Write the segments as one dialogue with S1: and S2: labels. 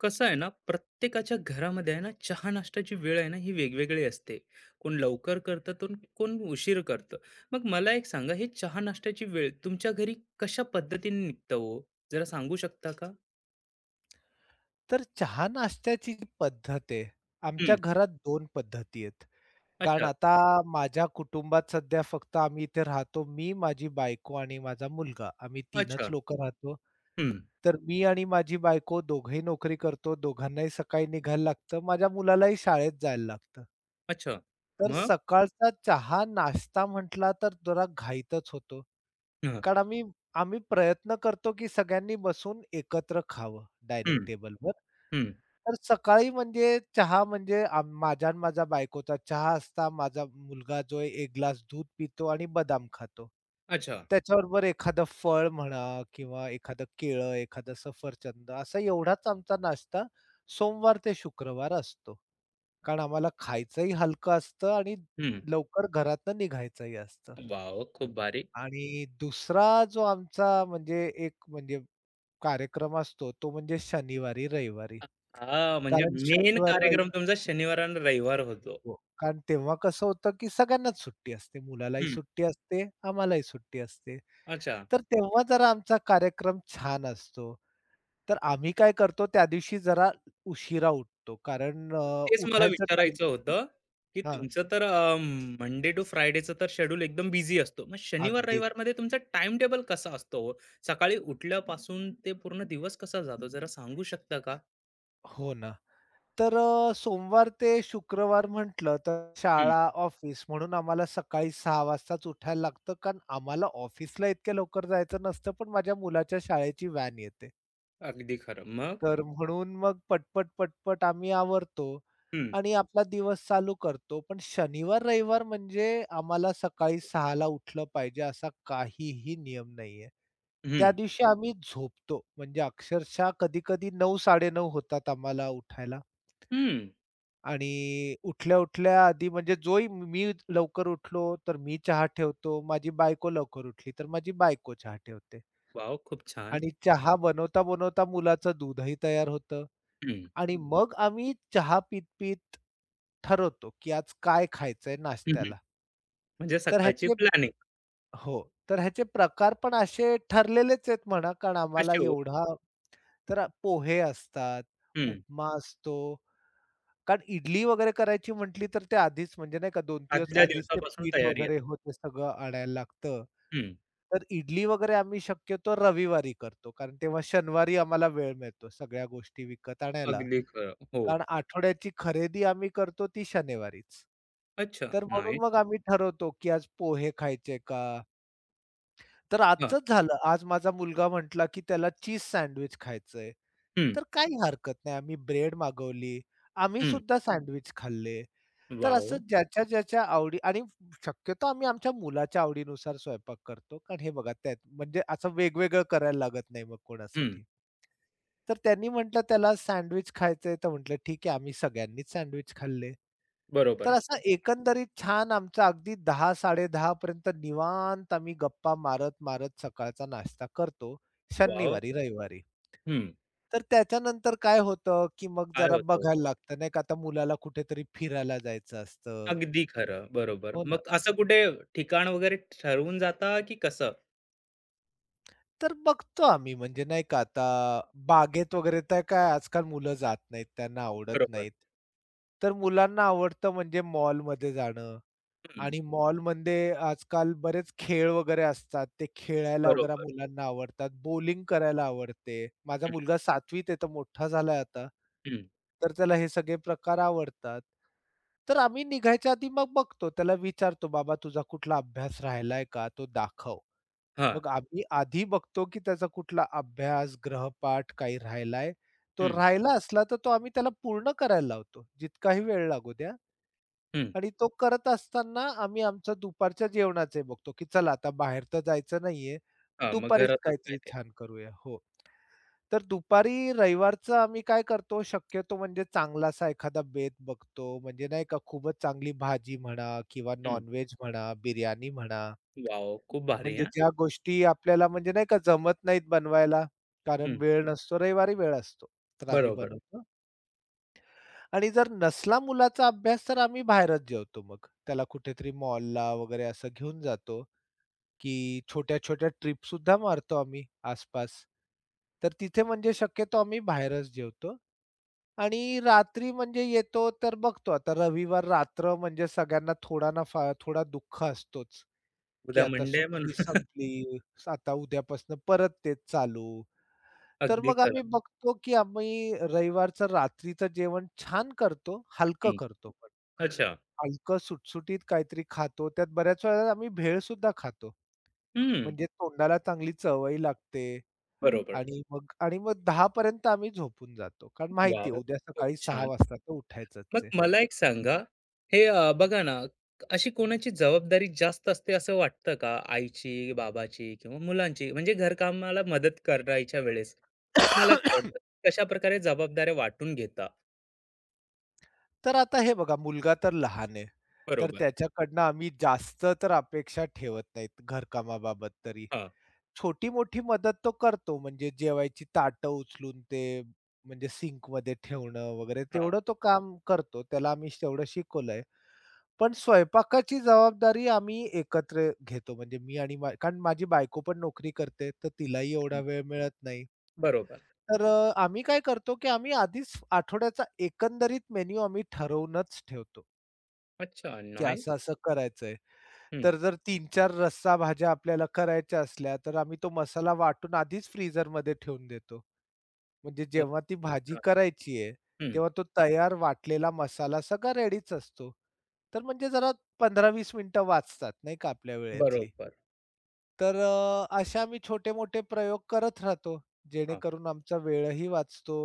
S1: कसं आहे ना, प्रत्येकाच्या घरामध्ये आहे ना चहा नाश्त्याची वेळ? आहे ना, ही वेगवेगळी असते. कोण लवकर करतं तर कोण उशीर करतं. मग मला एक सांगा, हे चहा नाश्त्याची वेळ तुमच्या घरी कशा पद्धतीने निघतं हो? जरा सांगू शकता का?
S2: तर चहा नाश्त्याची जी पद्धत आहे,
S1: हम्म,
S2: आमच्या घरात 2 पद्धती आहेत. कारण
S1: अच्छा.
S2: आता माझ्या कुटुंबात सध्या फक्त आम्ही इथे राहतो. मी, माझी बायको आणि माझा मुलगा आम्ही तीनच
S1: अच्छा.
S2: लोकं राहतो.
S1: हम्म,
S2: तर मी आणि माझी बायको दोघंही नोकरी करतो. दोघांनाही सकाळी निघायला लागतं. माझ्या मुलालाही शाळेत जायला लागतं.
S1: अच्छा.
S2: तर
S1: मग.
S2: सकाळचा चहा नाश्ता म्हटला तर जरा घाईतच होतो.
S1: हं,
S2: कारण आम्ही आम्ही प्रयत्न करतो, की सगळ्यांनी बसून एकत्र खावं डायनिंग
S1: हम्म,
S2: टेबलवर.
S1: हम्म,
S2: तर सकाळी म्हणजे चहा म्हणजे माझ्या आणि माझ्या बायकोचा चहा असता. माझा मुलगा जो आहे 1 ग्लास दूध पितो आणि बदाम खातो.
S1: अच्छा.
S2: त्याच्याबरोबर एखादं फळ म्हणा किंवा एखादं केळं, एखादं सफरचंद असा एवढाच आमचा नाश्ता सोमवार ते शुक्रवार असतो. कारण आम्हाला खायचंही हलकं असतं आणि
S1: हम्म,
S2: लवकर घरातनं निघायचंही असतं.
S1: वाव, खूप भारी.
S2: आणि दुसरा जो आमचा म्हणजे एक म्हणजे कार्यक्रम असतो तो म्हणजे शनिवारी, रविवारी.
S1: हा, म्हणजे
S2: कारण
S1: मेन
S2: शनिवार,
S1: कार्यक्रम
S2: रविवार
S1: तुमचा शनिवार आणि रविवार होतो.
S2: हो. कारण तेव्हा कसं होतं, की सगळ्यांनाच सुट्टी असते. मुलालाही
S1: हम्म,
S2: सुट्टी असते, आम्हालाही सुट्टी असते.
S1: अच्छा.
S2: तर तेव्हा जरा आमचा कार्यक्रम छान असतो. तर आम्ही काय करतो त्या दिवशी जरा उशिरा उठतो. कारण
S1: तेच मला
S2: उठायचं टाईम
S1: विचारायचं होतं, की
S2: हां,
S1: तुमचं तर मंडे टू फ्रायडेचं तर शेड्यूल एकदम बिझी असतो. मग शनिवार
S2: अगदीच.
S1: रविवारमध्ये तुमचा टाइम टेबल कसा असतो हो? सकाळी उठल्यापासून ते पूर्ण दिवस कसा जातो जरा सांगू शकता का?
S2: हो ना. तर सोमवार ते शुक्रवार म्हटलं तर
S1: हं,
S2: शाळा, ऑफिस म्हणून आम्हाला सकाळी 6 वाजताच उठायला लागतं, कारण आम्हाला ऑफिसला इतक्या लवकर जायचं नसतं, पण माझ्या मुलाच्या शाळेची व्हॅन येते.
S1: अगदी खरं. मग?
S2: तर म्हणून मग पटपट, पटपट आम्ही आवरतो
S1: हं,
S2: आणि आपला दिवस चालू करतो. पण शनिवार, रविवार म्हणजे आम्हाला सकाळी 6 उठलं पाहिजे असा काहीही नियम नाहीये. त्या
S1: हं,
S2: दिवशी आम्ही झोपतो. म्हणजे अक्षरशः कधी-कधी 9, 9:30 होतात आम्हाला उठायला.
S1: हं.
S2: आणि उठल्या-उठल्या आधी म्हणजे जोही मी लवकर उठलो, तर मी चहा ठेवतो. माझी बायको लवकर उठली, तर माझी बायको चहा ठेवते.
S1: वॉव! खूप छान.
S2: आणि चहा बनवता-बनवता मुलाचं दूधही तयार होतं
S1: हं,
S2: आणि मग आम्ही चहा पीत-पीत ठरवतो, की आज काय खायचंय
S1: हं, हं.
S2: नाश्त्याला.
S1: म्हणजे
S2: तर
S1: सकाळची
S2: ह्याचे
S1: प्लॅनिंग
S2: हो, तर ह्याचे प्रकार पण असे ठरलेलेच आहेत म्हणा, कारण आम्हाला
S1: कशी हो?
S2: एवढा तर पोहे असतात,
S1: हं.
S2: उपमा असतो कारण इडली वगैरे करायची म्हटली तर ते आधीच म्हणजे नाही का 2 दिवस
S1: आदल्या
S2: आधीच ते
S1: दिवसापासून
S2: पीठ
S1: तयारी आहे.
S2: वगैरे होतं सगळं आणायला लागतं.
S1: हं.
S2: तर इडली वगैरे आम्ही शक्यतो रविवारी करतो. कारण तेव्हा शनिवारी आम्हाला वेळ मिळतो सगळ्या गोष्टी विकत आणायला.
S1: अगदी खरं. हो.
S2: कारण आठवड्याची खरेदी आम्ही करतो ती शनिवारीच.
S1: अच्छा.
S2: तर म्हणून
S1: नाईस.
S2: मग आम्ही ठरवतो, की आज पोहे खायचे का? तर
S1: हां.
S2: आजचंच झालं. आज माझा मुलगा म्हटला, की त्याला चीज सँडविच खायचंय.
S1: हं,
S2: तर काही हरकत नाही. आम्ही ब्रेड मागवली. आम्ही
S1: हं.
S2: सुद्धा सँडविच खाल्ले. तर
S1: वॉव!
S2: असं ज्याच्या ज्याच्या आवडी आणि शक्यतो आम्ही आमच्या मुलाच्या आवडीनुसार स्वयंपाक करतो. कारण हे बघा त्यात म्हणजे असं वेगवेगळं करायला लागत नाही मग कोणासाठी. तर त्यांनी म्हटलं त्याला सँडविच खायचंय तर म्हटलं ठीक आहे आम्ही सगळ्यांनीच सँडविच खाल्ले. तर
S1: बरोबर.
S2: असं एकंदरीत छान आमचा अगदी 10:00-10:30 पर्यंत निवांत आम्ही गप्पा मारत-मारत सकाळचा नाश्ता करतो.
S1: वॉव!
S2: शनिवारी, रविवारी.
S1: हं.
S2: तर त्याच्यानंतर काय होतं, की मग
S1: काय
S2: जरा
S1: होतो.
S2: बघायला लागतं नाही का आता मुलाला कुठेतरी फिरायला जायचं असतं.
S1: अगदी खरं. बरोबर.
S2: हो ना.
S1: मग असं कुठे ठिकाण वगैरे ठरवून जाता की कसं?
S2: तर बघतो आम्ही म्हणजे नाही का आता बागेत वगैरे तर काय आजकाल मुलं जात नाहीत, त्यांना आवडत
S1: बरोबर.
S2: नाहीत. तर मुलांना आवडतं म्हणजे मॉलमध्ये जाणं
S1: हं.
S2: आणि मॉलमध्ये आजकाल बरेच खेळ वगैरे असतात. ते खेळायला वगैरे
S1: बरोबर.
S2: मुलांना आवडतात. बॉलिंग करायला आवडते. माझा
S1: हं,
S2: मुलगा 7वीत आहे, तर मोठा झालाय आता.
S1: हं.
S2: तर त्याला हे सगळे प्रकार आवडतात. तर आम्ही निघायच्या आधी मग बघतो. त्याला विचारतो, "बाबा तुझा कुठला अभ्यास राहिलाय का? तो दाखव."
S1: हां.
S2: मग आम्ही आधी बघतो की त्याचा कुठला अभ्यास, गृहपाठ काही राहिलाय. तो
S1: हं,
S2: राहिला असला तर तो आम्ही त्याला पूर्ण करायला लावतो, जितकाही वेळ लागू द्या.
S1: हं.
S2: आणि तो करत असताना आम्ही आमचं दुपारच्या जेवणाचे बघतो, की चला आता बाहेर तर जायचं नाहीये,
S1: हां, मग
S2: दुपारीच
S1: घरातच काय
S2: काहीतरी
S1: ते.
S2: छान करूया. हो. तर दुपारी रविवारचं आम्ही काय करतो शक्यतो म्हणजे चांगलासा एखादा बेत बघतो. म्हणजे नाही का खूपच चांगली भाजी म्हणा किंवा
S1: हं.
S2: नॉन म्हणा, बिर्याणी म्हणा
S1: वॉव! खूप भारी
S2: म्हणजे
S1: हां.
S2: ज्या गोष्टी आपल्याला म्हणजे नाही का जमत नाहीत बनवायला, कारण
S1: हं.
S2: वेळ नसतो, रविवारी वेळ असतो, तर आम्ही
S1: बरोबर.
S2: बनवतो आणि जर नसला मुलाचा अभ्यास तर आम्ही बाहेरच जेवतो मग. त्याला कुठेतरी मॉलला वगैरे असं घेऊन जातो, की छोट्या-छोट्या ट्रिपसुद्धा मारतो आम्ही आसपास. तर तिथे म्हणजे शक्यतो आम्ही बाहेरच जेवतो आणि रात्री म्हणजे येतो तर बघतो आता रविवार रात्र म्हणजे सगळ्यांना थोडा ना फार थोडा दुःख असतोच. की
S1: उद्या
S2: आता
S1: मंडे म्हणून.
S2: सुट्टी संपली, आता उद्यापासून परत तेच चालू. तर
S1: अगदी
S2: मग
S1: खरं.
S2: आम्ही बघतो की आम्ही रविवारचं रात्रीचं जेवण छान करतो, हलकं
S1: हं.
S2: करतो पण.
S1: अच्छा.
S2: हलकं सुटसुटीत काहीतरी खातो. त्यात बऱ्याच वेळेला आम्ही भेळ सुद्धा खातो.
S1: हं.
S2: म्हणजे तोंडाला चांगली चवही लागते
S1: बरोबर.
S2: आणि मग 10 पर्यंत आम्ही झोपून जातो. कारण माहिती
S1: वॉव!
S2: उद्या
S1: खूप
S2: सकाळी 6
S1: छान.
S2: वाजता तर
S1: मग
S2: उठायचंच आहे.
S1: मला एक सांगा, हे बघा ना, अशी कोणाची जबाबदारी जास्त असते असं वाटतं का? आईची, बाबाची किंवा मुलांची? म्हणजे घरकामाला मदत करायच्या वेळेस. तुम्हाला काय वाटतं? कशाप्रकारे जबाबदाऱ्या वाटून घेता?
S2: तर आता हे बघा, मुलगा तर लहान आहे. तर
S1: बरोबर.
S2: त्याच्याकडनं आम्ही जास्त तर अपेक्षा ठेवत नाहीत घरकामाबाबत तरी.
S1: हां,
S2: छोटी-मोठी मदत तो करतो, म्हणजे जेवायची ताटं उचलून ते म्हणजे सिंकमध्ये ठेवणं वगैरे
S1: हां.
S2: तेवढं तो काम करतो. त्याला आम्ही तेवढं शिकवलंय. पण स्वयंपाकाची जबाबदारी आम्ही एकत्र घेतो. म्हणजे मी आणि कारण माझी बायको पण नोकरी करते, तर तिलाही
S1: हं.
S2: एवढा वेळ मिळत नाही.
S1: बरोबर.
S2: तर आम्ही काय करतो, की आम्ही आधीच आठवड्याचा एकंदरीत मेनू आम्ही ठरवूनच ठेवतो.
S1: अच्छा,
S2: की
S1: नाईस.
S2: असं-असं करायचंय.
S1: हं.
S2: तर जर तीन चार रस्सा भाज्या आपल्याला करायच्या असल्या, तर आम्ही तो मसाला वाटून आधीच फ्रीझरमध्ये ठेवून देतो. म्हणजे
S1: हं.
S2: जेव्हा ती भाजी करायची आहे,
S1: हं.
S2: तेव्हा तो तयार वाटलेला मसाला सगळा रेडीच असतो. तर म्हणजे जरा 15-20 मिनिटं वाचतात नाही का आपल्या वेळेतली.
S1: बरोबर.
S2: तर असे आम्ही छोटे-मोठे प्रयोग करत राहतो,
S1: हां.
S2: जेणेकरून आमचा वेळही वाचतो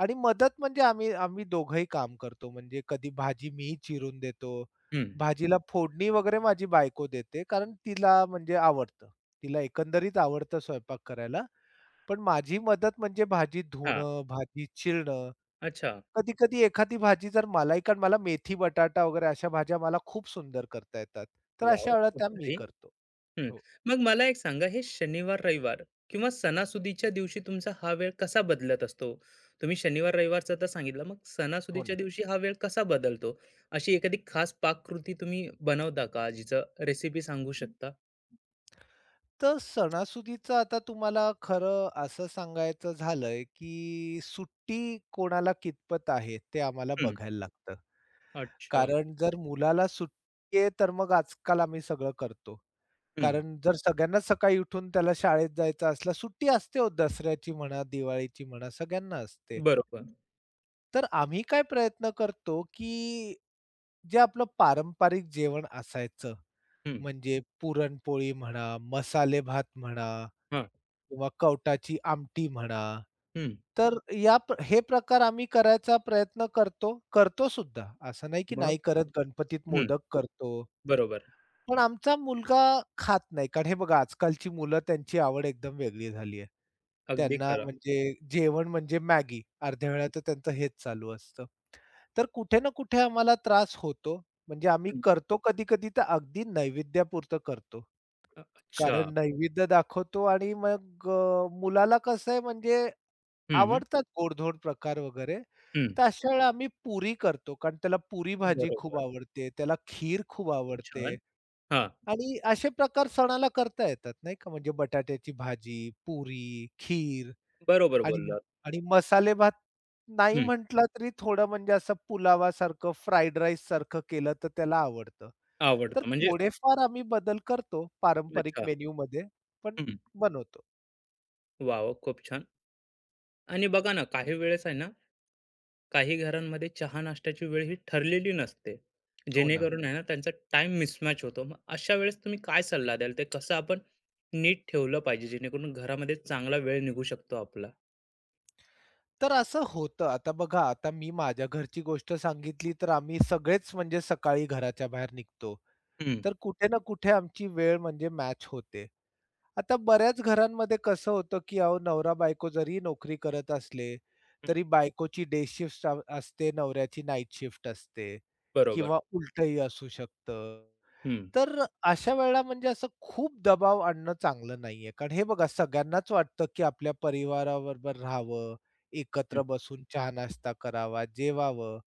S2: आणि मदत म्हणजे आम्ही आम्ही दोघंही काम करतो. म्हणजे कधी भाजी मी चिरून देतो.
S1: हं.
S2: भाजीला फोडणी वगैरे माझी बायको देते, कारण तिला म्हणजे आवडतं. तिला एकंदरीत आवडतं स्वयंपाक करायला. पण माझी मदत म्हणजे भाजी
S1: हां.
S2: धुणं, भाजी चिरणं.
S1: अच्छा.
S2: कधी-कधी एखादी भाजी जर मलाही कारण मला मेथी, बटाटा वगैरे अशा भाज्या मला खूप सुंदर करता येतात. तर अशा
S1: वॉव!
S2: वेळेला
S1: खूप
S2: त्या मी
S1: भारी.
S2: करतो.
S1: हं.
S2: हो,
S1: मग मला एक सांगा, हे शनिवार, रविवार किंवा सणासुदीच्या दिवशी तुमचा हा वेळ कसा बदलत असतो? तुम्ही शनिवार, रविवारचा तर सांगितलं, मग
S2: हो
S1: सणासुदीच्या
S2: ना.
S1: दिवशी हा वेळ कसा बदलतो? अशी एखादी खास पाककृती तुम्ही बनवता का, जिचं रेसिपी सांगू शकता?
S2: तर सणासुदीचं आता तुम्हाला खरं असं सांगायचं झालंय, की सुट्टी कोणाला कितपत आहे ते आम्हाला
S1: हं.
S2: बघायला लागतं.
S1: अच्छा.
S2: कारण जर मुलाला सुट्टी आहे, तर मग आजकाल आम्ही सगळं करतो.
S1: हं.
S2: कारण जर सगळ्यांनाच सकाळी उठून त्याला शाळेत जायचं असला सुट्टी असते हो दसऱ्याची म्हणा, दिवाळीची म्हणा सगळ्यांना असते.
S1: बरोबर.
S2: तर आम्ही काय प्रयत्न करतो, की जे आपलं पारंपरिक जेवण असायचं
S1: हं.
S2: म्हणजे पुरणपोळी म्हणा, मसाले भात म्हणा
S1: हां.
S2: किंवा कवटाची आमटी म्हणा.
S1: हं.
S2: तर या प्र हे प्रकार आम्ही करायचा प्रयत्न करतो, करतो सुद्धा. असं नाही की
S1: मग?
S2: नाही करत, गणपतीत
S1: हं.
S2: मोदक करतो.
S1: बरोबर.
S2: पण आमचा मुलगा खात नाही. कारण हे बघा आजकालची मुलं त्यांची आवड एकदम वेगळी झाली आहे.
S1: अगदी
S2: त्यांना
S1: खरं.
S2: म्हणजे जेवण म्हणजे मॅगी. अर्ध्या वेळा तर त्यांचं हेच चालू असतं. तर कुठे ना कुठे आम्हाला त्रास होतो. म्हणजे आम्ही
S1: हं.
S2: करतो कधी-कधी तर अगदी नैवेद्यापुरतं करतो.
S1: अच्छा.
S2: कारण नैवेद्य दाखवतो आणि मग मुलाला कसं आहे म्हणजे
S1: हं.
S2: आवडतात गोड-धोड प्रकार वगैरे.
S1: हं.
S2: तर अशा वेळेला आम्ही पुरी करतो. कारण त्याला पुरी भाजी खूप
S1: बरोबर.
S2: आवडते, त्याला खीर खूप
S1: खूप
S2: आवडते
S1: छान. हां.
S2: आणि असे प्रकार सणाला करता येतात नाही का. म्हणजे बटाट्याची भाजी, पुरी, खीर.
S1: बरोबर
S2: आणि
S1: बोललात.
S2: आणि मसाले भात नाही
S1: हं.
S2: म्हटला तरी थोडं म्हणजे असं पुलावासारखं, फ्राईड राईससारखं केलं तर त्याला आवडतं. तर
S1: आवडतं म्हणजे
S2: थोडेफार आम्ही बदल करतो पारंपरिक
S1: अच्छा.
S2: मेनूमध्ये, पण बनवतो.
S1: वाह! वाह! खूप छान. आणि बघा ना, काही वेळेस आहे ना, काही घरांमध्ये चहा नाश्त्याची वेळ ही ठरलेली नसते.
S2: हो ना.
S1: जेणेकरून आहे ना, त्यांचा टाइम मिसमॅच होतो. मग अशा वेळेस तुम्ही काय सल्ला द्याल? ते कसं आपण नीट ठेवलं पाहिजे, जेणेकरून घरामध्ये चांगला वेळ निघू शकतो आपला?
S2: तर असं होतं. आता बघा, आता मी माझ्या घरची गोष्ट सांगितली, तर आम्ही सगळेच म्हणजे सकाळी घराच्या बाहेर निघतो.
S1: हं,
S2: तर कुठे ना कुठे आमची वेळ म्हणजे मॅच होते. आता बऱ्याच घरांमध्ये कसं होतं, की अहो नवरा-बायको जरी नोकरी करत असले,
S1: हं.
S2: तरी बायकोची डे शिफ्ट असते, नवऱ्याची नाईट शिफ्ट असते
S1: बरोबर.
S2: किंवा उलटंही असू शकतं.
S1: हं.
S2: तर अशा वेळेला म्हणजे असं खूप दबाव आणणं चांगलं नाहीये. कारण हे बघा सगळ्यांनाच वाटतं, की आपल्या परिवाराबरोबर राहावं,
S1: हं.
S2: एकत्र बसून चहा-नाश्ता करावा, जेवावं.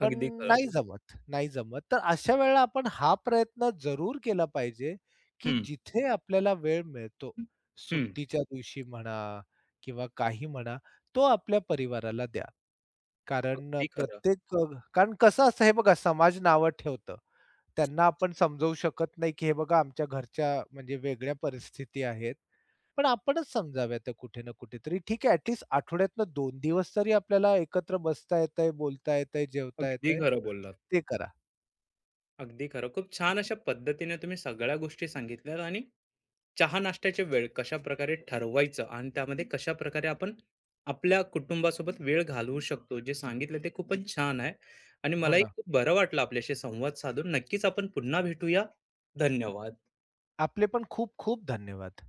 S2: पण
S1: अगदी खरं.
S2: नाही हो. जमत, नाही जमत. तर अशा वेळेला आपण हा प्रयत्न जरूर केला पाहिजे, की
S1: हं.
S2: जिथे आपल्याला वेळ मिळतो,
S1: हं.
S2: सुट्टीच्या दिवशी म्हणा किंवा काही म्हणा, तो आपल्या परिवाराला द्या. कारण अ,
S1: अगदी खरं.
S2: प्रत्येक अ, कारण कसं असतं हे बघा समाज नावं ठेवतं. त्यांना आपण समजावू शकत नाही, की हे बघा आमच्या घरच्या म्हणजे वेगळ्या परिस्थिती आहेत. पण आपणच समजाव्या त्या कुठे ना कुठेतरी. ठीक आहे ॲटलीस्ट आठवड्यातनं 2 दिवस तरी आपल्याला एकत्र बसता येतंय, बोलता येतंय, जेवता
S1: अगदी
S2: येतंय.
S1: खरं बोललात.
S2: ते करा.
S1: अगदी खरं. खूप छान अशा पद्धतीने तुम्ही सगळ्या गोष्टी सांगितल्यात आणि चहा नाश्त्याची वेळ कशाप्रकारे ठरवायचं आणि त्यामध्ये कशाप्रकारे आपण आपल्या कुटुंबासोबत वेळ घालवू शकतो, जे सांगितलं ते खूपच छान आहे. आणि
S2: हो
S1: मलाही
S2: ना.
S1: खूप बरं वाटलं आपल्याशी संवाद साधून. नक्कीच आपण पुन्हा भेटूया. धन्यवाद.
S2: आपले पण खूप खूप धन्यवाद.